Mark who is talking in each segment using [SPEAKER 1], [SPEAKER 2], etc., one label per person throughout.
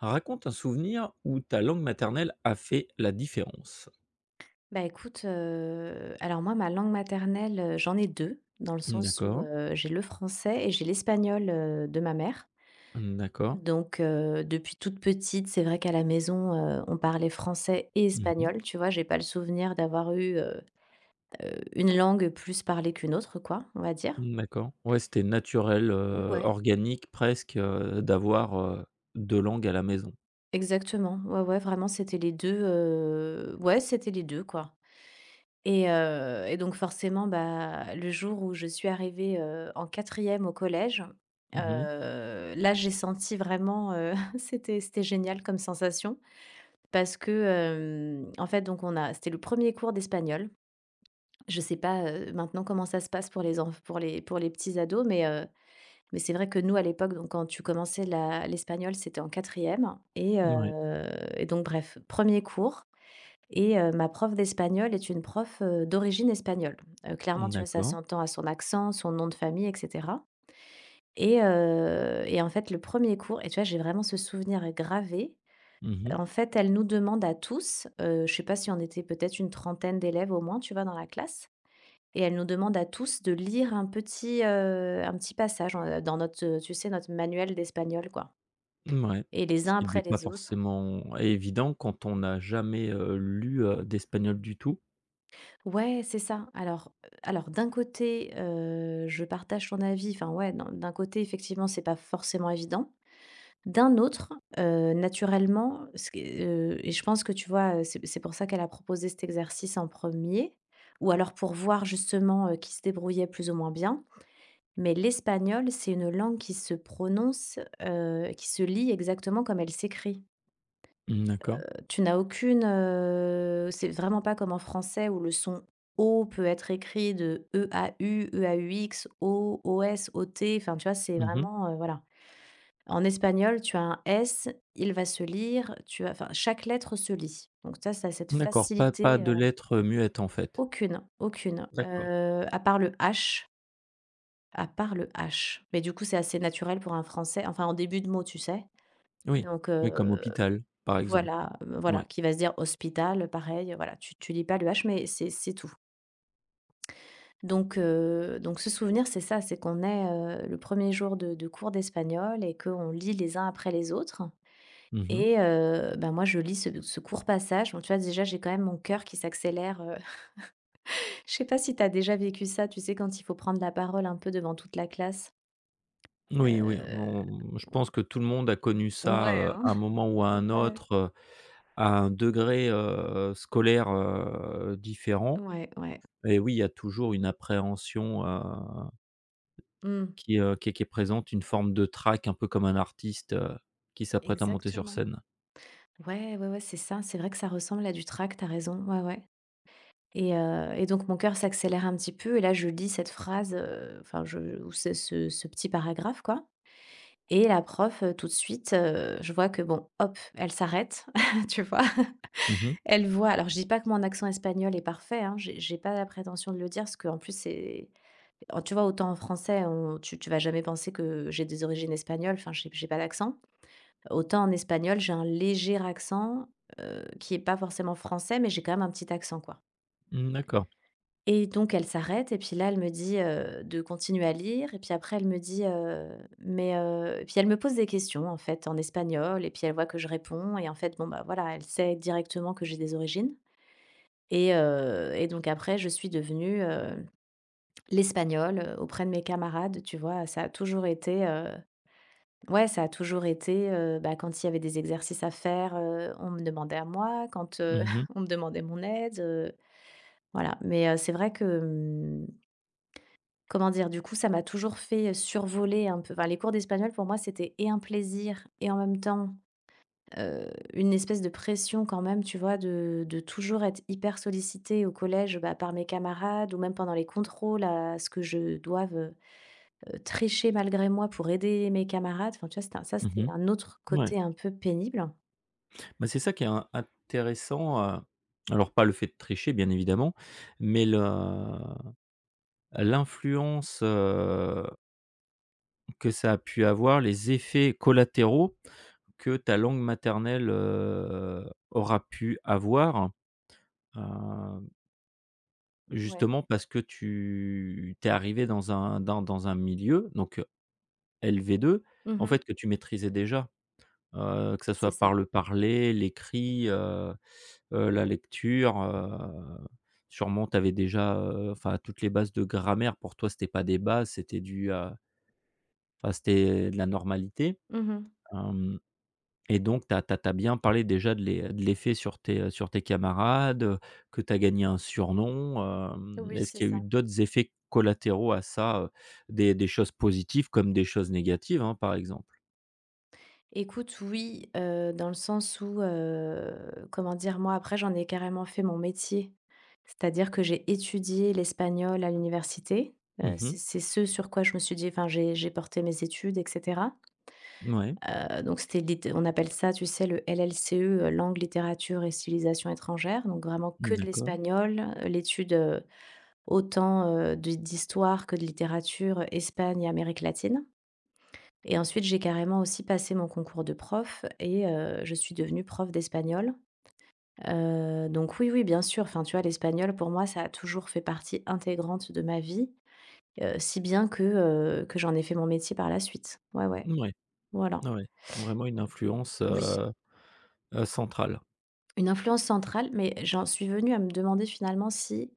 [SPEAKER 1] Raconte un souvenir où ta langue maternelle a fait la différence.
[SPEAKER 2] Bah, écoute, alors moi, ma langue maternelle, j'en ai 2 dans le sens où,
[SPEAKER 1] D'accord,
[SPEAKER 2] j'ai le français et j'ai l'espagnol, de ma mère.
[SPEAKER 1] d'accord.
[SPEAKER 2] Donc, depuis toute petite, c'est vrai qu'à la maison, on parlait français et
[SPEAKER 1] Mmh.
[SPEAKER 2] espagnol, tu vois? J'ai pas le souvenir d'avoir eu, une langue plus parlée qu'une autre quoi, on va dire.
[SPEAKER 1] D'accord. Ouais, c'était naturel,
[SPEAKER 2] Ouais,
[SPEAKER 1] organique presque, d'avoir, 2 langues à la maison.
[SPEAKER 2] exactement. Ouais, ouais, vraiment, c'était les 2. Ouais, c'était les 2, quoi. Et donc forcément, bah, le jour où je suis arrivée, en quatrième au collège,
[SPEAKER 1] Mmh mh.
[SPEAKER 2] heu, là, j'ai senti vraiment, c'était génial comme sensation parce que, en fait, donc on a c'était le premier cours d'espagnol. Je sais pas, maintenant comment ça se passe pour les enf pour les petits ados, mais mais c'est vrai que nous, à l'époque, donc quand tu commençais la l'espagnol, c'était en quatrième et donc bref, premier cours ma prof d'espagnol est une prof, d'origine espagnole. Clairement, tu vois, ça
[SPEAKER 1] D'accord.
[SPEAKER 2] s'entend à son accent, son nom de famille, et cetera. Et en fait, le premier cours et tu vois, j'ai vraiment ce souvenir gravé.
[SPEAKER 1] Mmh mh.
[SPEAKER 2] En fait, elle nous demande à tous, je sais pas si on était peut-être une trentaine d'élèves au moins, tu vois, dans la classe et elle nous demande à tous de lire un petit passage en, dans notre, tu sais, notre manuel d'espagnol, quoi et les
[SPEAKER 1] Ce
[SPEAKER 2] uns
[SPEAKER 1] qui n'est
[SPEAKER 2] après
[SPEAKER 1] pas
[SPEAKER 2] les autres.
[SPEAKER 1] forcément évident quand on n'a jamais, lu, d'espagnol du tout.
[SPEAKER 2] Ouais, c'est ça. Alors, d'un côté, je partage ton avis, enfin ouais, non, d'un côté effectivement, c'est pas forcément évident. D'un autre, naturellement, ce qui est et je pense que tu vois, c'est pour ça qu'elle a proposé cet exercice en premier, ou alors pour voir justement, qui se débrouillait plus ou moins bien. Mais l'espagnol, c'est une langue qui se prononce, qui se lit exactement comme elle s'écrit.
[SPEAKER 1] Mmh, d'accord.
[SPEAKER 2] Tu n'as aucune, c'est vraiment pas comme en français où le son O peut être écrit de eau, eaux, O, os, ot, enfin, tu vois? C'est
[SPEAKER 1] Mmh.
[SPEAKER 2] vraiment, voilà. En espagnol, tu as un S, il va se lire, tu as enfin, chaque lettre se lit. Donc ça a cette
[SPEAKER 1] D'accord, pas
[SPEAKER 2] facilité.
[SPEAKER 1] de lettres, muettes en fait?
[SPEAKER 2] Aucune, aucune,
[SPEAKER 1] D'accord.
[SPEAKER 2] à part le H, à part le H. Mais du coup, c'est assez naturel pour un français, enfin, en début de mot, tu sais?
[SPEAKER 1] Oui.
[SPEAKER 2] Donc,
[SPEAKER 1] Oui, comme hôpital, par exemple.
[SPEAKER 2] voilà, voilà,
[SPEAKER 1] Ouais.
[SPEAKER 2] qui va se dire hospital, pareil, voilà, tu lis pas le H, mais c'est tout. Donc ce souvenir, c'est ça, c'est qu'on est, le premier jour de cours d'espagnol et qu'on lit les uns après les autres ben, moi, je lis ce court passage. Donc tu vois, déjà, j'ai quand même mon cœur qui s'accélère, je sais pas si tu as déjà vécu ça, tu sais, quand il faut prendre la parole un peu devant toute la classe?
[SPEAKER 1] Oui, oui,
[SPEAKER 2] Heu,
[SPEAKER 1] on je pense que tout le monde a connu ça,
[SPEAKER 2] ouais, hein.
[SPEAKER 1] à un moment ou à un
[SPEAKER 2] Ouais,
[SPEAKER 1] autre, à un degré, scolaire, différent.
[SPEAKER 2] ouais, ouais.
[SPEAKER 1] Et oui, il y a toujours une appréhension,
[SPEAKER 2] Mmh,
[SPEAKER 1] qui est présente, une forme de trac, un peu comme un artiste, qui s'apprête à monter sur
[SPEAKER 2] exactement.
[SPEAKER 1] scène.
[SPEAKER 2] Ouais, ouais, ouais, c'est ça. C'est vrai que ça ressemble à du trac. T'as raison. Ouais, ouais. Et donc mon cœur s'accélère un petit peu et là je lis cette phrase, enfin je ou ce ce petit paragraphe quoi et la prof, tout de suite, je vois que bon, hop, elle s'arrête, tu vois?
[SPEAKER 1] Mmh mh.
[SPEAKER 2] Elle voit alors je dis pas que mon accent espagnol est parfait, hein, j'ai pas la prétention de le dire parce qu'en plus c'est en tu vois, autant en français on tu tu vas jamais penser que j'ai des origines espagnoles, enfin j'ai pas d'accent. Autant en espagnol, j'ai un léger accent, qui est pas forcément français, mais j'ai quand même un petit accent, quoi.
[SPEAKER 1] Mmh, d'accord.
[SPEAKER 2] Et donc elle s'arrête et puis là, elle me dit, de continuer à lire et puis après elle me dit: «Mais» et puis elle me pose des questions, en fait, en espagnol et puis elle voit que je réponds et en fait, bon, bah, voilà, elle sait directement que j'ai des origines et donc après je suis devenue, l'espagnole, auprès de mes camarades, tu vois? Ça a toujours été, ouais, ça a toujours été, bah, quand il y avait des exercices à faire, on me demandait à moi, quand,
[SPEAKER 1] Mmh mh.
[SPEAKER 2] on me demandait mon aide, voilà. Mais, c'est vrai que, comment dire? Du coup, ça m'a toujours fait, survoler un peu enfin, les cours d'espagnol pour moi, c'était et un plaisir et en même temps, heu, une espèce de pression quand même, tu vois? De toujours être hyper sollicitée au collège, bah, par mes camarades ou même pendant les contrôles à ce que je doive, trécher malgré moi pour aider mes camarades. Enfin, tu vois, c'était un ça, c'était
[SPEAKER 1] Mmh
[SPEAKER 2] un autre
[SPEAKER 1] mh. Ouais.
[SPEAKER 2] côté un peu pénible.
[SPEAKER 1] Bah, c'est ça qui est in intéressant, alors pas le fait de tricher bien évidemment, mais le l'influence, que ça a pu avoir, les effets collatéraux que ta langue maternelle, aura pu avoir, heu,
[SPEAKER 2] Ouais.
[SPEAKER 1] justement parce que tu es arrivé dans un dans dans un milieu, donc LV2, en
[SPEAKER 2] Mmh.
[SPEAKER 1] fait, que tu maîtrisais déjà. Que ça
[SPEAKER 2] C'est
[SPEAKER 1] soit par
[SPEAKER 2] ça.
[SPEAKER 1] le parler, l'écrit, la lecture, sûrement tu avais déjà, enfin toutes les bases de grammaire pour toi c'était pas des bases, c'était du, enfin c'était de la normalité,
[SPEAKER 2] Mmh.
[SPEAKER 1] hem et donc tu as bien parlé déjà de l'effet sur tes camarades, que tu as gagné un surnom,
[SPEAKER 2] Oui,
[SPEAKER 1] est-ce
[SPEAKER 2] c'est
[SPEAKER 1] qu'il y a eu
[SPEAKER 2] ça.
[SPEAKER 1] d'autres effets collatéraux à ça, des choses positives comme des choses négatives, hein, par exemple?
[SPEAKER 2] Écoute, oui, dans le sens où, comment dire? Moi, après, j'en ai carrément fait mon métier. C'est-à-dire que j'ai étudié l'espagnol à l'université. Heu,
[SPEAKER 1] Mmh mh.
[SPEAKER 2] c'est c'est ce sur quoi je me suis dit enfin, j'ai porté mes études etc. Donc c'était litté on appelle ça, tu sais, le LLCE, langue, littérature et civilisation étrangère donc vraiment que de
[SPEAKER 1] D'accord.
[SPEAKER 2] l'espagnol, l'étude, autant, d'histoire que de littérature, Espagne et Amérique latine et ensuite j'ai carrément aussi passé mon concours de prof je suis devenue prof d'espagnol. Donc oui, oui, bien sûr, enfin, tu vois, l'espagnol pour moi, ça a toujours fait partie intégrante de ma vie, si bien que j'en ai fait mon métier par la suite. Ouais, ouais,
[SPEAKER 1] Mouais.
[SPEAKER 2] voilà.
[SPEAKER 1] Ah ouais, vraiment une influence,
[SPEAKER 2] Oui.
[SPEAKER 1] centrale.
[SPEAKER 2] Une influence centrale, mais j'en suis venue à me demander finalement si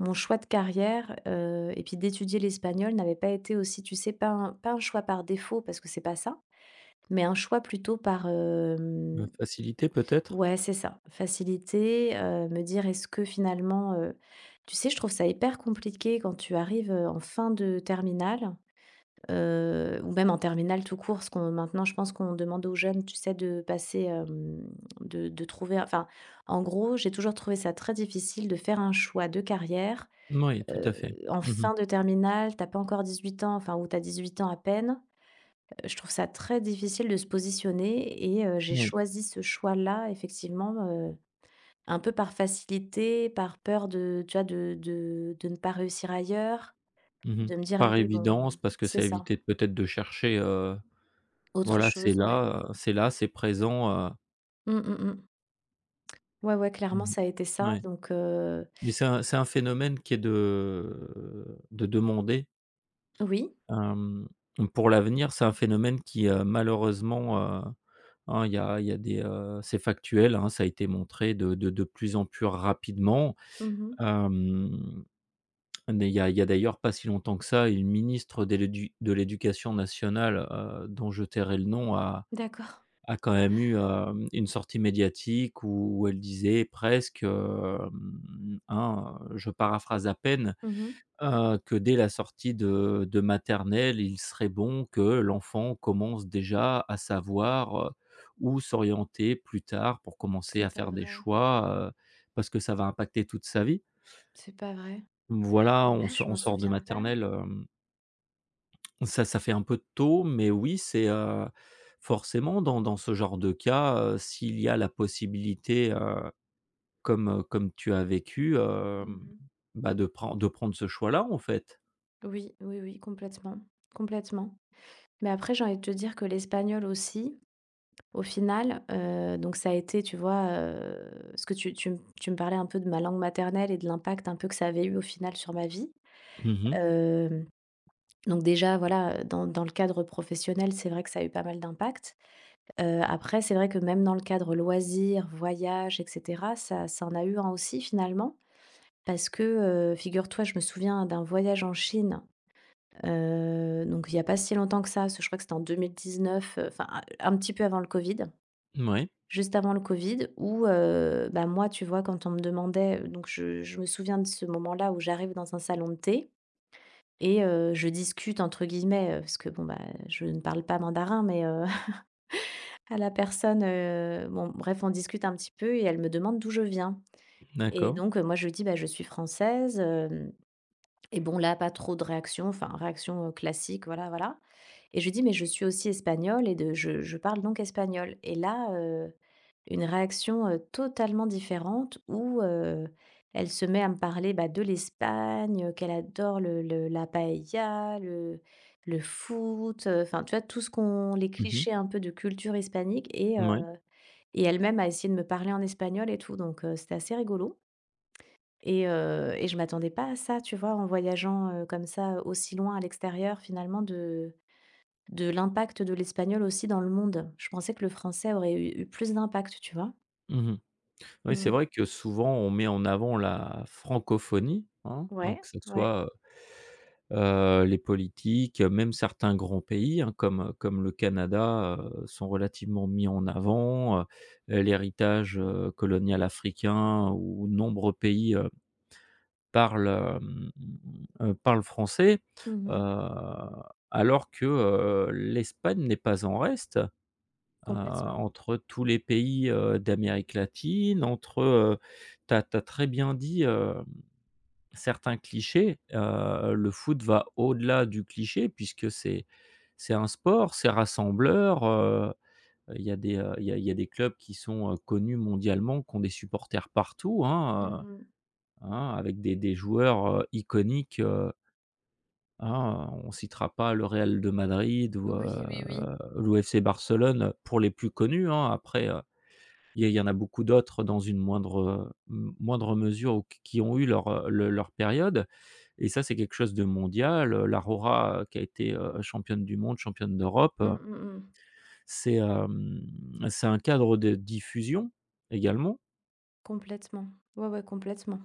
[SPEAKER 2] mon choix de carrière, et puis d'étudier l'espagnol n'avait pas été aussi, tu sais, pas un choix par défaut parce que c'est pas ça, mais un choix plutôt par,
[SPEAKER 1] Heu,
[SPEAKER 2] hem
[SPEAKER 1] facilité peut-être?
[SPEAKER 2] ouais, c'est ça, facilité, me dire: «Est-ce que finalement» tu sais, je trouve ça hyper compliqué quand tu arrives, en fin de terminale. Ou même en terminale tout court, ce qu'on maintenant je pense qu'on demande aux jeunes, tu sais, de passer, de trouver enfin, en gros, j'ai toujours trouvé ça très difficile de faire un choix de carrière,
[SPEAKER 1] Oui, tout à
[SPEAKER 2] heu,
[SPEAKER 1] fait.
[SPEAKER 2] en
[SPEAKER 1] Mmh.
[SPEAKER 2] fin de terminale, t'as pas encore 18 ans, enfin, ou t'as 18 ans à peine. Je trouve ça très difficile de se positionner j'ai
[SPEAKER 1] Oui.
[SPEAKER 2] choisi ce choix-là effectivement, heu, un peu par facilité, par peur de tu vois, de ne pas réussir ailleurs,
[SPEAKER 1] Mmh.
[SPEAKER 2] de me dire:
[SPEAKER 1] Par
[SPEAKER 2] «Allez,
[SPEAKER 1] évidence,
[SPEAKER 2] bon»
[SPEAKER 1] parce que
[SPEAKER 2] c'est
[SPEAKER 1] ça
[SPEAKER 2] ça,
[SPEAKER 1] évitait peut-être de chercher,
[SPEAKER 2] autre
[SPEAKER 1] voilà, c'est
[SPEAKER 2] chose, ouais.
[SPEAKER 1] là, c'est là, c'est présent.
[SPEAKER 2] Mmh, mmh mh. Ouais, ouais, clairement,
[SPEAKER 1] Mmh.
[SPEAKER 2] ça a été ça
[SPEAKER 1] Ouais.
[SPEAKER 2] donc
[SPEAKER 1] Mais c'est un phénomène qui est de demander,
[SPEAKER 2] oui.
[SPEAKER 1] hem, pour l'avenir, c'est un phénomène qui, malheureusement, hein, il y a des, c'est factuel, hein, ça a été montré de plus en plus rapidement,
[SPEAKER 2] Mmh.
[SPEAKER 1] hem Mais il y a d'ailleurs pas si longtemps que ça, une ministre de l'éducation nationale, dont je tairai le nom, a
[SPEAKER 2] D'accord.
[SPEAKER 1] a quand même eu, une sortie médiatique où elle disait presque, hein, je paraphrase à peine,
[SPEAKER 2] Mmh.
[SPEAKER 1] que dès la sortie de maternelle, il serait bon que l'enfant commence déjà à savoir, où s'orienter plus tard pour commencer
[SPEAKER 2] C'est
[SPEAKER 1] à
[SPEAKER 2] pas
[SPEAKER 1] faire des
[SPEAKER 2] vrai,
[SPEAKER 1] choix, parce que ça va impacter toute sa vie.
[SPEAKER 2] c'est pas vrai.
[SPEAKER 1] Voilà, on
[SPEAKER 2] Ah,
[SPEAKER 1] so
[SPEAKER 2] je
[SPEAKER 1] on
[SPEAKER 2] m'en
[SPEAKER 1] sort de
[SPEAKER 2] souviens pas.
[SPEAKER 1] maternelle, hem Ça ça fait un peu tôt, mais oui, c'est, forcément dans ce genre de cas, s'il y a la possibilité, comme tu as vécu,
[SPEAKER 2] Mmh.
[SPEAKER 1] bah, de prendre ce choix-là, en fait.
[SPEAKER 2] Oui, oui, oui, complètement, complètement. Mais après, j'ai envie de te dire que l'espagnol aussi, au final, donc ça a été, tu vois, parce que tu me parlais un peu de ma langue maternelle et de l'impact un peu que ça avait eu au final sur ma vie.
[SPEAKER 1] Mmh mh.
[SPEAKER 2] Hem, donc déjà, voilà, dans le cadre professionnel, c'est vrai que ça a eu pas mal d'impact. Après, c'est vrai que même dans le cadre loisirs, voyages et cetera, ça en a eu un aussi finalement. Parce que, figure-toi, je me souviens d'un voyage en Chine, donc il y a pas si longtemps que ça, parce que je crois que c'était en 2019, enfin, un petit peu avant le covid, juste avant le covid où, bah, moi, tu vois, quand on me demandait donc je me souviens de ce moment-là où j'arrive dans un salon de thé je discute entre guillemets, parce que bon, bah, je ne parle pas mandarin mais à la personne, bon bref, on discute un petit peu et elle me demande d'où je viens et
[SPEAKER 1] D'accord.
[SPEAKER 2] donc, moi je lui dis: «Bah, je suis française, et bon, là, pas trop de réaction, enfin réaction, classique, voilà, voilà. Et je lui dis: «Mais je suis aussi espagnole et de je parle donc espagnol» et là, une réaction, totalement différente où, elle se met à me parler, bah, de l'Espagne, qu'elle adore le la paella, le foot, enfin, tu vois? Tout ce qu'on les
[SPEAKER 1] Mmh mh.
[SPEAKER 2] clichés un peu de culture hispanique
[SPEAKER 1] Mouais.
[SPEAKER 2] et elle-même a essayé de me parler en espagnol et tout, donc c'était assez rigolo. Et je m'attendais pas à ça, tu vois? En voyageant, comme ça, aussi loin à l'extérieur, finalement, de l'impact de l'espagnol aussi dans le monde. Je pensais que le français aurait eu plus d'impact, tu vois?
[SPEAKER 1] Mmh. Oui, c'est
[SPEAKER 2] Mmh.
[SPEAKER 1] vrai que souvent on met en avant la francophonie, hein,
[SPEAKER 2] Ouais,
[SPEAKER 1] que ce
[SPEAKER 2] ouais.
[SPEAKER 1] soit, heu les politiques, même certains grands pays, hein, comme, le Canada, sont relativement mis en avant, l'héritage, colonial africain où nombreux pays, parlent, hem, parlent français,
[SPEAKER 2] Mmh.
[SPEAKER 1] heu, alors que, l'Espagne n'est pas en reste
[SPEAKER 2] Complètement.
[SPEAKER 1] entre tous les pays, d'Amérique latine, entre, tu as très bien dit, certains clichés, le foot va au-delà du cliché puisque c'est un sport, c'est rassembleur, il y a des clubs qui sont, connus mondialement, qui ont des supporters partout, hein,
[SPEAKER 2] Mmh.
[SPEAKER 1] hein, avec des joueurs, iconiques, hein, on ne citera pas le Real de Madrid ou,
[SPEAKER 2] Oui, oui, oui.
[SPEAKER 1] l'UFC Barcelone pour les plus connus, hein, après, il y en a beaucoup d'autres dans une moindre, m moindre mesure ou q qui ont eu leur période. Et ça, c'est quelque chose de mondial, la Rora, qui a été, championne du monde, championne d'Europe,
[SPEAKER 2] Mmh, mmh mh.
[SPEAKER 1] c'est, c'est un cadre de diffusion également.
[SPEAKER 2] Complètement. Ouais, ouais, complètement.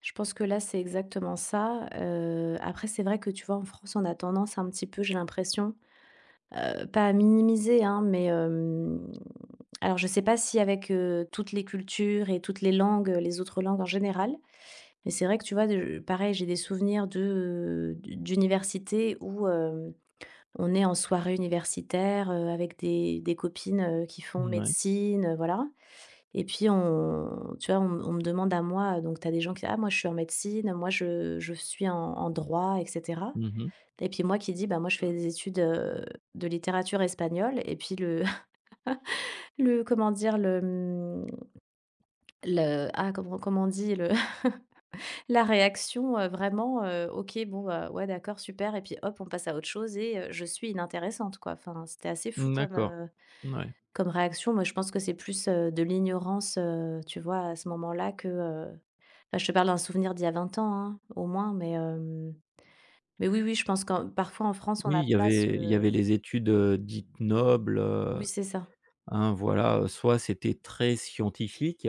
[SPEAKER 2] Je pense que là, c'est exactement ça, après c'est vrai que, tu vois, en France, on a tendance un petit peu, j'ai l'impression. Pas à minimiser, hein, mais alors je sais pas si avec, toutes les cultures et toutes les langues, les autres langues en général, mais c'est vrai que tu vois, de pareil, j'ai des souvenirs de, d'université où, on est en soirée universitaire, avec des copines, qui font
[SPEAKER 1] Mouais.
[SPEAKER 2] médecine, voilà et puis on tu vois, on me demande à moi, donc tu as des gens qui: disent, «Ah moi je suis en médecine, moi je suis en droit» et cetera
[SPEAKER 1] Mmh.
[SPEAKER 2] et puis moi qui dis: «Bah, moi je fais des études, de littérature espagnole» et puis le le comment dire? Le, mmh, le ah comment on dit? Le la réaction, vraiment: «OK, bon, bah, ouais, d'accord, super» et puis hop, on passe à autre chose je suis inintéressante quoi. Enfin, c'était assez fou comme,
[SPEAKER 1] D'accord. Mouais.
[SPEAKER 2] comme réaction. Moi, je pense que c'est plus, de l'ignorance, tu vois? À ce moment-là que, enfin, je te parle d'un souvenir d'il y a 20 ans, hein, au moins, mais mais oui, oui, je pense qu'en parfois en France, on
[SPEAKER 1] Oui,
[SPEAKER 2] n'a
[SPEAKER 1] il y
[SPEAKER 2] pas
[SPEAKER 1] avait il y avait
[SPEAKER 2] ce.
[SPEAKER 1] les études, dites nobles,
[SPEAKER 2] Oui, c'est ça.
[SPEAKER 1] hein, voilà, soit c'était très scientifique.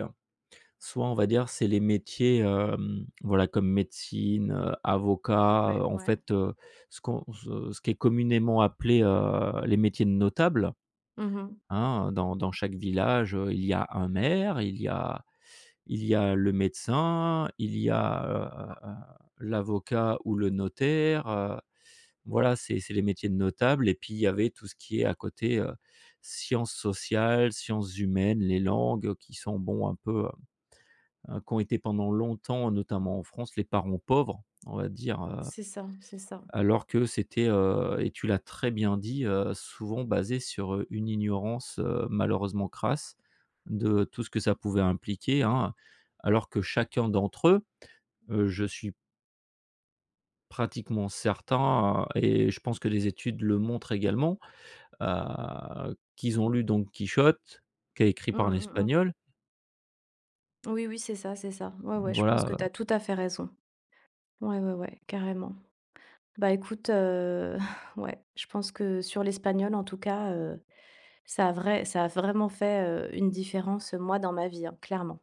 [SPEAKER 1] Soit, on va dire, c'est les métiers, voilà, comme médecine, avocat,
[SPEAKER 2] Ouais,
[SPEAKER 1] en
[SPEAKER 2] ouais.
[SPEAKER 1] fait, ce qu'on ce ce qui est communément appelé, les métiers de notables,
[SPEAKER 2] Mmh.
[SPEAKER 1] hein. Dans chaque village, il y a un maire, il y a le médecin, il y a, heu heu l'avocat ou le notaire, voilà, c'est les métiers de notables et puis il y avait tout ce qui est à côté, sciences sociales, sciences humaines, les langues qui sont, bon, un peu, qu'ont été pendant longtemps, notamment en France, les parents pauvres, on va dire,
[SPEAKER 2] C'est ça, c'est ça.
[SPEAKER 1] alors que c'était, et tu l'as très bien dit, souvent basé sur, une ignorance, malheureusement crasse de tout ce que ça pouvait impliquer, hein. Alors que chacun d'entre eux, je suis pratiquement certain, et je pense que les études le montrent également, qu'ils ont lu donc Quichotte, qui est écrit
[SPEAKER 2] Mmh,
[SPEAKER 1] par un
[SPEAKER 2] mmh mh.
[SPEAKER 1] Espagnol,
[SPEAKER 2] Oui, oui, c'est ça, c'est ça. Ouais, ouais, je pense que tu as
[SPEAKER 1] voilà.
[SPEAKER 2] tout à fait raison. Ouais, ouais, ouais, carrément. Bah, écoute, ouais, je pense que sur l'espagnol, en tout cas, ça a vraiment fait, une différence, moi, dans ma vie, hein, clairement.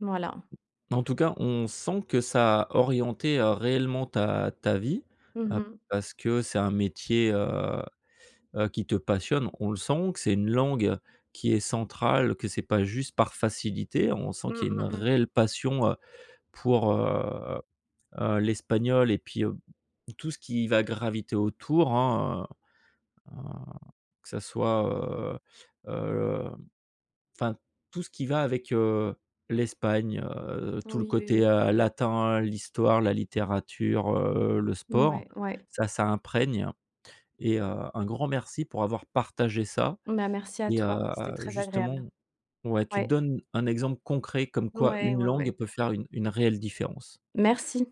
[SPEAKER 2] Voilà.
[SPEAKER 1] En tout cas, on sent que ça a orienté, réellement ta vie,
[SPEAKER 2] Mmh
[SPEAKER 1] heu,
[SPEAKER 2] mh.
[SPEAKER 1] parce que c'est un métier, qui te passionne. On le sent que c'est une langue qui est centrale, que c'est pas juste par facilité. On sent
[SPEAKER 2] Mmh,
[SPEAKER 1] qu'il y a une
[SPEAKER 2] mmh mmh.
[SPEAKER 1] réelle passion, pour, l'espagnol et puis, tout ce qui va graviter autour, hein, heu heu, que ça soit, heu enfin, tout ce qui va avec, l'Espagne, tout le
[SPEAKER 2] Oui, oui,
[SPEAKER 1] côté,
[SPEAKER 2] oui.
[SPEAKER 1] latin, l'histoire, la littérature, le sport,
[SPEAKER 2] Ouais, ouais.
[SPEAKER 1] ça imprègne et un grand merci pour avoir partagé ça
[SPEAKER 2] Bah, merci à
[SPEAKER 1] et
[SPEAKER 2] toi, c'était très
[SPEAKER 1] justement
[SPEAKER 2] agréable.
[SPEAKER 1] ouais, tu
[SPEAKER 2] Ouais.
[SPEAKER 1] donnes un exemple concret comme quoi
[SPEAKER 2] Ouais,
[SPEAKER 1] une
[SPEAKER 2] ouais,
[SPEAKER 1] langue
[SPEAKER 2] ouais.
[SPEAKER 1] peut faire une réelle différence.
[SPEAKER 2] Merci.